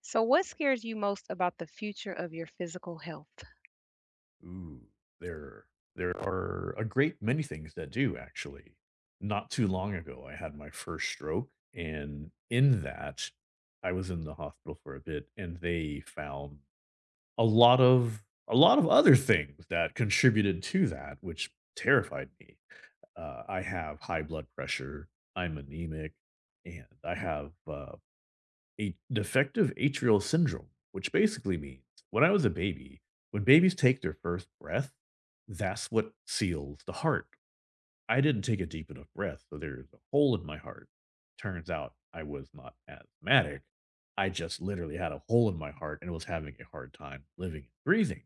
So, what scares you most about the future of your physical health? Ooh, there there are a great many things that do actually. Not too long ago, I had my first stroke, and in that, I was in the hospital for a bit, and they found a lot of other things that contributed to that, which terrified me. I have high blood pressure. I'm anemic, and I have a defective atrial syndrome, which basically means when I was a baby, when babies take their first breath, that's what seals the heart. I didn't take a deep enough breath, so there's a hole in my heart. Turns out I was not asthmatic. I just literally had a hole in my heart and was having a hard time living and breathing,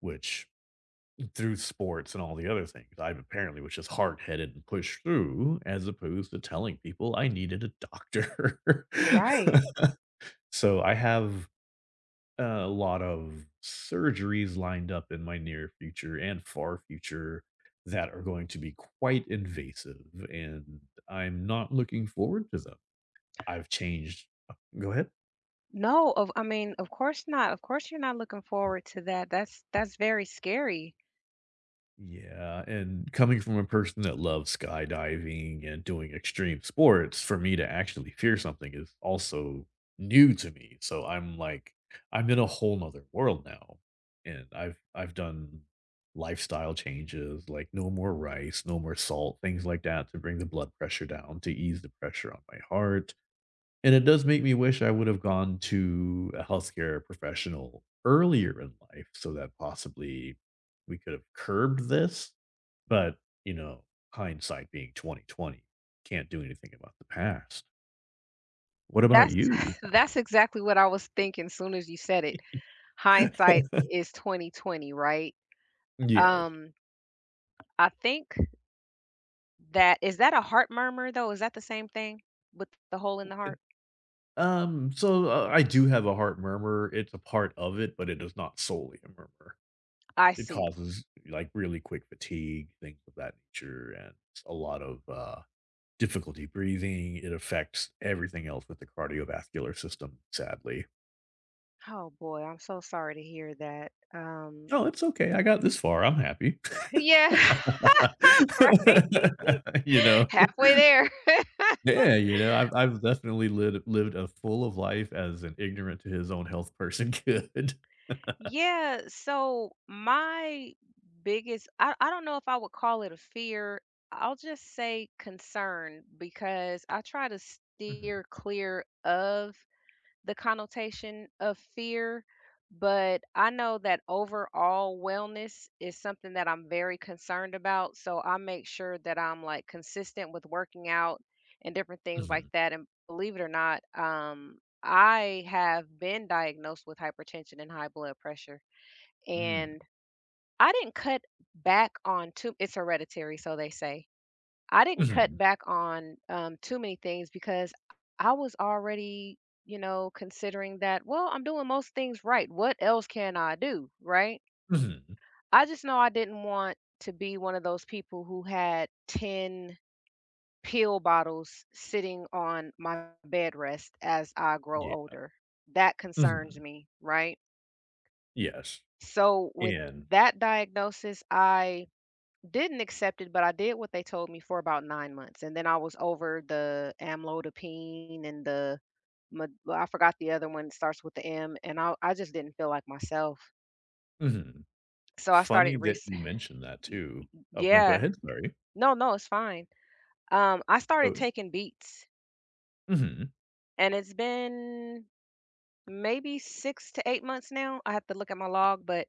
which through sports and all the other things, I apparently was just hard headed and pushed through as opposed to telling people I needed a doctor. Right. So I have a lot of surgeries lined up in my near future and far future that are going to be quite invasive, and I'm not looking forward to them. I've changed. Oh, Go ahead. No, of I mean, of course not. Of course you're not looking forward to that. That's very scary. Yeah, and coming from a person that loves skydiving and doing extreme sports, for me to actually fear something is also new to me. So I'm like, I'm in a whole nother world now. And I've done lifestyle changes, like no more rice, no more salt, things like that to bring the blood pressure down, to ease the pressure on my heart. And it does make me wish I would have gone to a healthcare professional earlier in life so that possibly we could have curbed this. But, you know, hindsight being 2020, can't do anything about the past. What about That's you? that's exactly what I was thinking as soon as you said it. Hindsight is 2020, right? Yes. Um, I think that is that a heart murmur though? Is that the same thing with the hole in the It, heart? um, so uh, I do have a heart murmur. It's a part of it, but it is not solely a murmur. I It see. causes like really quick fatigue, things of that nature, and a lot of difficulty breathing. It affects everything else with the cardiovascular system, sadly. Oh boy, I'm so sorry to hear that. Oh, it's okay. I got this far. I'm happy. Yeah. Right? You know? Halfway there. Yeah, you know, I've definitely lived a full of life as an ignorant to his own health person could. Yeah, so my biggest I don't know if I would call it a fear. I'll just say concern because I try to Mhm, steer clear of the connotation of fear, but I know that overall wellness is something that I'm very concerned about. So I make sure that I'm like consistent with working out and different things like mhm, that. And believe it or not, I have been diagnosed with hypertension and high blood pressure. mm, And I didn't cut back on too, it's hereditary, so they say. I didn't cut mhm, back on too many things because I was already, you know, considering that, well, I'm doing most things right. What else can I do? Right. mhm, I just know I didn't want to be one of those people who had 10 pill bottles sitting on my bed rest as I grow yeah, older. That concerns mhm, me. Right. yes, So, with and that diagnosis, I didn't accept it, but I did what they told me for about 9 months, and then I was over the amlodipine and the med well, I forgot the other one, it starts with the M, and I just didn't feel like myself. mhm. So I Funny started re, that you mentioned that y too. Oh, no, go yeah. ahead, sorry. No, no, it's fine. I started Oh, taking beats, mhm, and it's been maybe 6 to 8 months now. I have to look at my log, but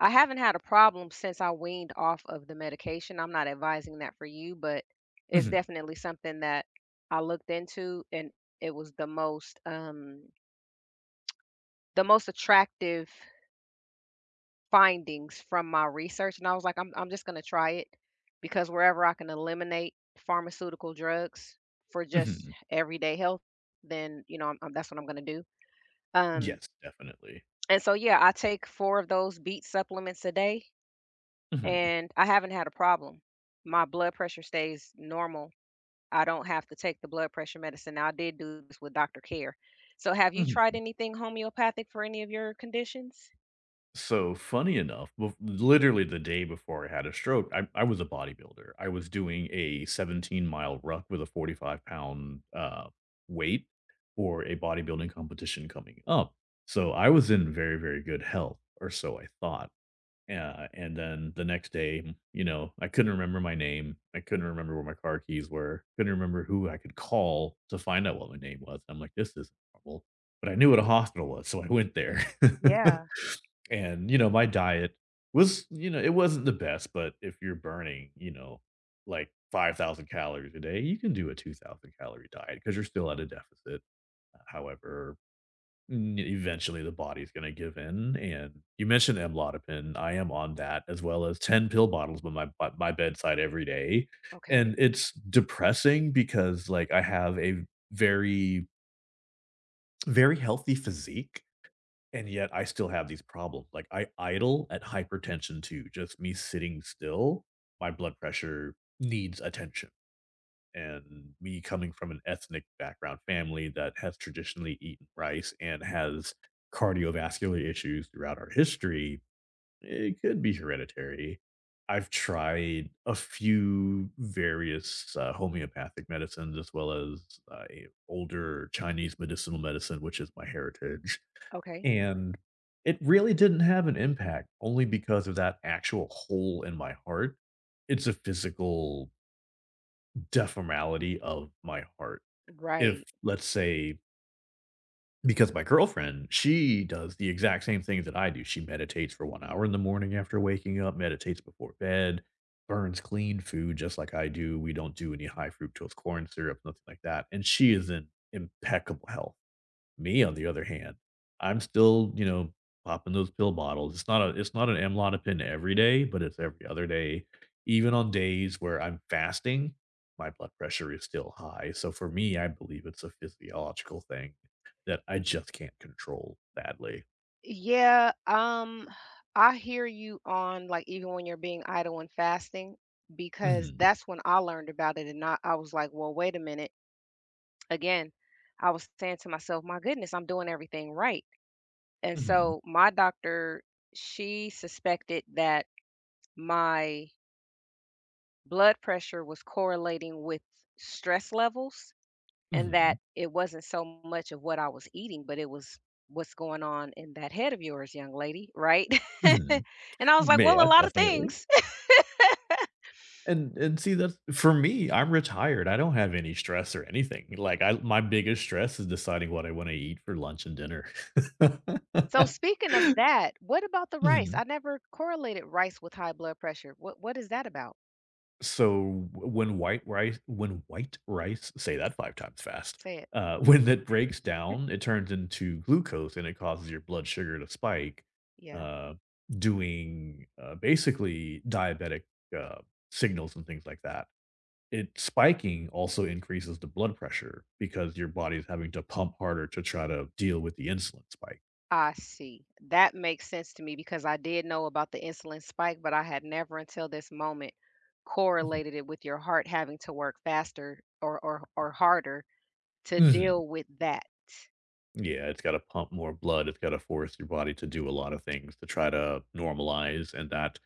I haven't had a problem since I weaned off of the medication. I'm not advising that for you, but it's mhm, definitely something that I looked into and it was the most attractive findings from my research and I was like I'm just going to try it because wherever I can eliminate pharmaceutical drugs for just mhm. everyday health, then you know, that's what I'm going to do. Um Yes, definitely. and so yeah, I take four of those beet supplements a day Mhm, and I haven't had a problem. My blood pressure stays normal. I don't have to take the blood pressure medicine. Now, I did do this with Dr. Care. So, have you tried mhm. anything homeopathic for any of your conditions? So, funny enough, bef literally the day before I had a stroke, I was a bodybuilder. I was doing a 17-mile ruck with a 45-pound weight for a bodybuilding competition coming up. So, I was in very, very good health, or so I thought. Yeah, and then the next day, you know, I couldn't remember my name. I couldn't remember where my car keys were. Couldn't remember who I could call to find out what my name was. I'm like, this is horrible. But I knew what a hospital was, so I went there. Yeah. And, you know, my diet was, you know, it wasn't the best, but if you're burning, you know, like 5,000 calories a day, you can do a 2,000 calorie diet because you're still at a deficit, however eventually the body's gonna give in, and you mentioned amlodipine, I am on that as well as 10 pill bottles by my bedside every day, and Okay. it's depressing because, like, I have a very, very healthy physique, and yet I still have these problems, like, I idle at hypertension too, just me sitting still, my blood pressure needs attention and me coming from an ethnic background family that has traditionally eaten rice and has cardiovascular issues throughout our history, it could be hereditary. I've tried a few various homeopathic medicines as well as a older Chinese medicinal medicine, which is my heritage. Okay. And it really didn't have an impact only because of that actual hole in my heart. It's a physical deformality of my heart if Right. let's say because my girlfriend, she does the exact same things that I do. She meditates for 1 hour in the morning after waking up, meditates before bed, burns clean food just like I do. We don't do any high fructose corn syrup, nothing like that. And she is in impeccable health. Me, on the other hand, I'm still, you know, popping those pill bottles. It's not an amlodipine every day, but it's every other day. Even on days where I'm fasting, my blood pressure is still high. So for me, I believe it's a physiological thing that I just can't control, sadly. Yeah, I hear you on like even when you're being idle and fasting because Mhm. that's when I learned about it and I was like, well, wait a minute. Again, I was saying to myself, my goodness, I'm doing everything right. And Mhm. so my doctor, she suspected that my blood pressure was correlating with stress levels and Mhm. that it wasn't so much of what I was eating, but it was what's going on in that head of yours, young lady, right? Mhm. and I was like, well, Yeah, a lot of definitely. things. And see that's for me, I'm retired. I don't have any stress or anything. Like I my biggest stress is deciding what I want to eat for lunch and dinner. So speaking of that, what about the rice? Mhm. I never correlated rice with high blood pressure. What is that about? So when white rice, say that five times fast, Say it. When that breaks down, it turns into glucose and it causes your blood sugar to spike, Yeah. uh, doing basically diabetic uh, signals and things like that. It spiking also increases the blood pressure because your body's having to pump harder to try to deal with the insulin spike. I see. That makes sense to me because I did know about the insulin spike, but I had never until this moment Mhm. correlated it with your heart having to work faster or or harder to Mhm. deal with that. Yeah, it's got to pump more blood. It's got to force your body to do a lot of things to try to normalize, and that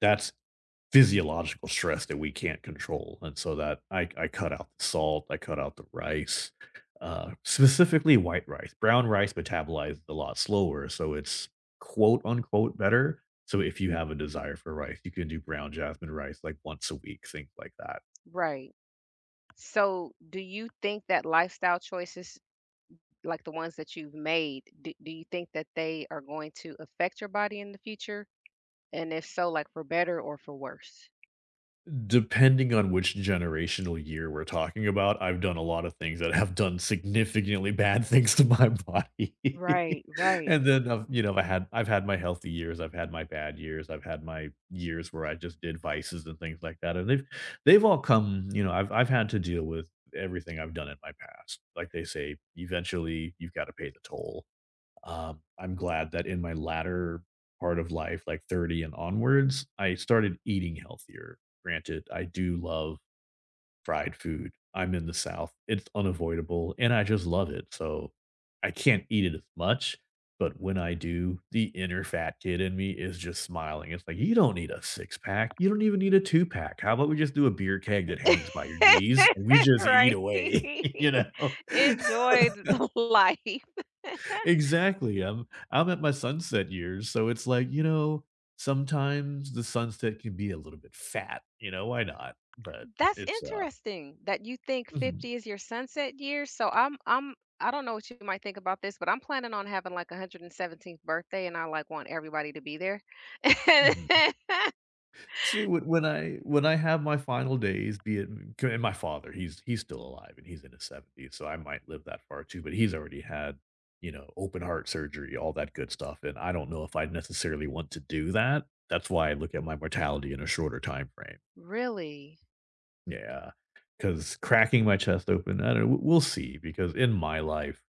that's physiological stress that we can't control, and so that I cut out the salt, I cut out the rice, specifically white rice. Brown rice metabolizes a lot slower, so it's quote unquote better. So if you have a desire for rice, you can do brown jasmine rice like once a week, things like that. Right. So, do you think that lifestyle choices like the ones that you've made, do you think that they are going to affect your body in the future? And if so, like for better or for worse? Depending on which generational year we're talking about, I've done a lot of things that have done significantly bad things to my body. Right, right. And then I've, you know, I've had my healthy years, I've had my bad years, I've had my years where I just did vices and things like that. And they've all come, you know, I've had to deal with everything I've done in my past. Like they say, eventually you've got to pay the toll. I'm glad that in my latter part of life, like 30 and onwards, I started eating healthier. Granted, I do love fried food. I'm in the South. It's unavoidable and I just love it. So I can't eat it as much. But when I do, the inner fat kid in me is just smiling. It's like, you don't need a six pack. You don't even need a two pack. How about we just do a beer keg that hangs by your knees and we just eat Right. away, you know? Enjoy th life. Exactly. I'm at my sunset years, so it's like, you know, sometimes the sunset can be a little bit fat, you know, why not? But That's it's, uh interesting that you think mhm, 50 is your sunset year, so I don't know what you might think about this, but I'm planning on having, like, a 117th birthday, and I, like, want everybody to be there. mhm. See, when I have my final days, be it m and my father, he's still alive, and he's in his 70s, so I might live that far too, but he's already had, you know, open heart surgery, all that good stuff, and I don't know if I necessarily want to do that. That's why I look at my mortality in a shorter time frame. Really? Yeah, because cracking my chest open, I don't know, we'll see, because in my life,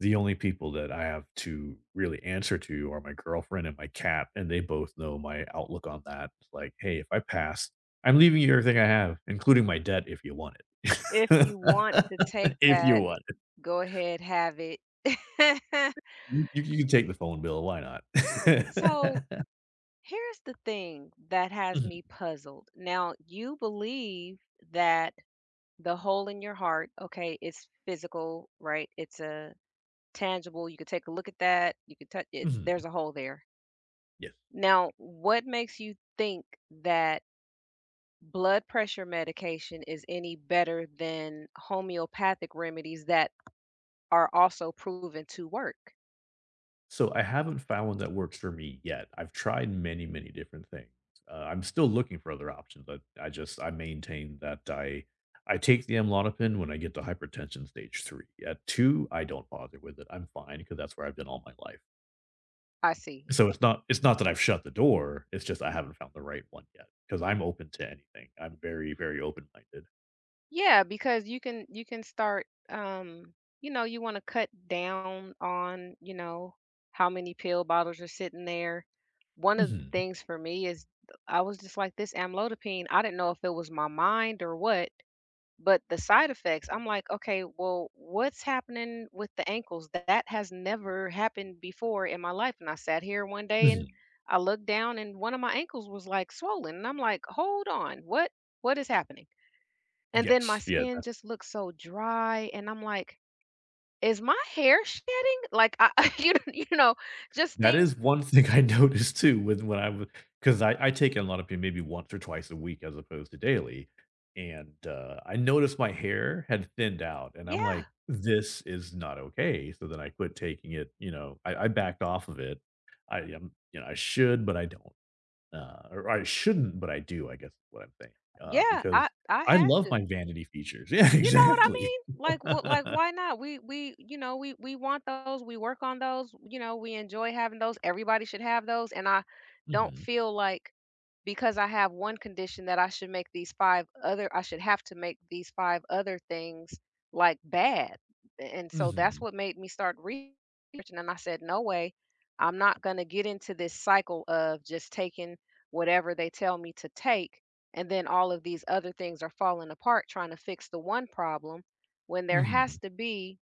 the only people that I have to really answer to are my girlfriend and my cat, and they both know my outlook on that. It's like, "Hey, if I pass, I'm leaving you everything I have, including my debt if you want it." If you want to take If you that, want it. go ahead, have it. You can take the phone bill, why not? So, here's the thing that has Mhm, me puzzled. Now, you believe that the hole in your heart, okay, it's physical, right? It's a tangible. You could take a look at that. You could touch it's mhm, there's a hole there. yes. Now, what makes you think that blood pressure medication is any better than homeopathic remedies that are also proven to work? So I haven't found one that works for me yet. I've tried many, many different things. I'm still looking for other options. I maintain that I take the amlodipine when I get to hypertension stage three. At two, I don't bother with it. I'm fine because that's where I've been all my life. I see. So it's not that I've shut the door. It's just I haven't found the right one yet because I'm open to anything. I'm very very open minded. Yeah, because you can start you know, you want to cut down on, how many pill bottles are sitting there. One of the Hmm. things for me is I was just like this amlodipine, I didn't know if it was my mind or what, but the side effects, I'm like, okay, well, what's happening with the ankles? That has never happened before in my life. And I sat here one day and Hmm. I looked down and one of my ankles was like swollen. And I'm like, hold on, what is happening? And then my Yes, yeah. skin just looks so dry, and I'm like, "Is my hair shedding?" Like, I you know you know, just That things. is one thing I noticed too when I would 'cause I take in a lot Olanzapine maybe once or twice a week as opposed to daily, and, I noticed my hair had thinned out, and I'm Yeah, like, "This is not okay," so then I quit taking it, you know, I backed off of it. I, you know, I should, but I don't, or I shouldn't, but I do, I guess is what I'm saying, yeah, I because I I had love my to. vanity features. Yeah, You know what I exactly. mean? Like what, like why not? We want those, we work on those, you know, we enjoy having those. Everybody should have those and I don't Mhm. feel like because I have one condition that I should have to make these five other things like bad. And so that's Mhm. what made me start researching and I said, "No way. I'm not going to get into this cycle of just taking whatever they tell me to take and then all of these other things are falling apart trying to fix the one problem when there Mhm. has to be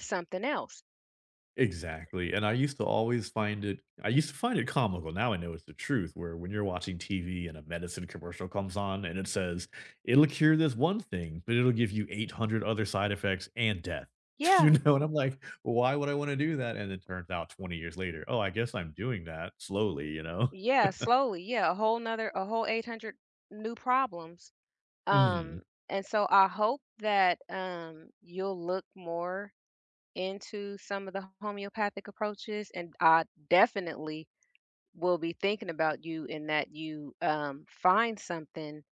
something else." Exactly, and I used to always find it I used to find it comical, now I know it's the truth, where when you're watching TV and a medicine commercial comes on and it says, "It'll cure this one thing, but it'll give you 800 other side effects and death." You Yeah, know, and I'm like, "Well, "Why would I wanna do that?" And it turns out 20 years later, "Oh, I guess I'm doing that slowly," you know? yeah, slowly. Yeah, a whole nother, a whole 800 new problems. Mhm, Um, and so I hope that you'll look more into some of the homeopathic approaches. And I definitely will be thinking about you and that you find something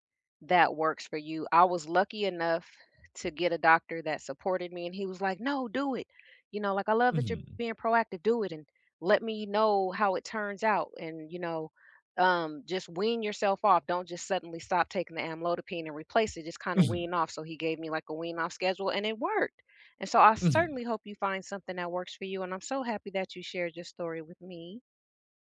that works for you. I was lucky enough to get a doctor that supported me, and he was like, No, do it. You know, like, I love that you're mhm, being proactive, do it, and let me know how it turns out. And, just wean yourself off. Don't just suddenly stop taking the amlodipine and replace it. Just kind of mhm, wean off. So he gave me like a wean off schedule, and it worked. And so I mhm. certainly hope you find something that works for you. And I'm so happy that you shared your story with me.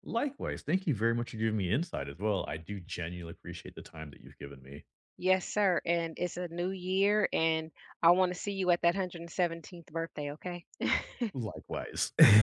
Likewise, thank you very much for giving me insight as well, I do genuinely appreciate the time that you've given me. Yes, sir, and it's a new year, and I wanna see you at that 117th birthday, okay? Likewise.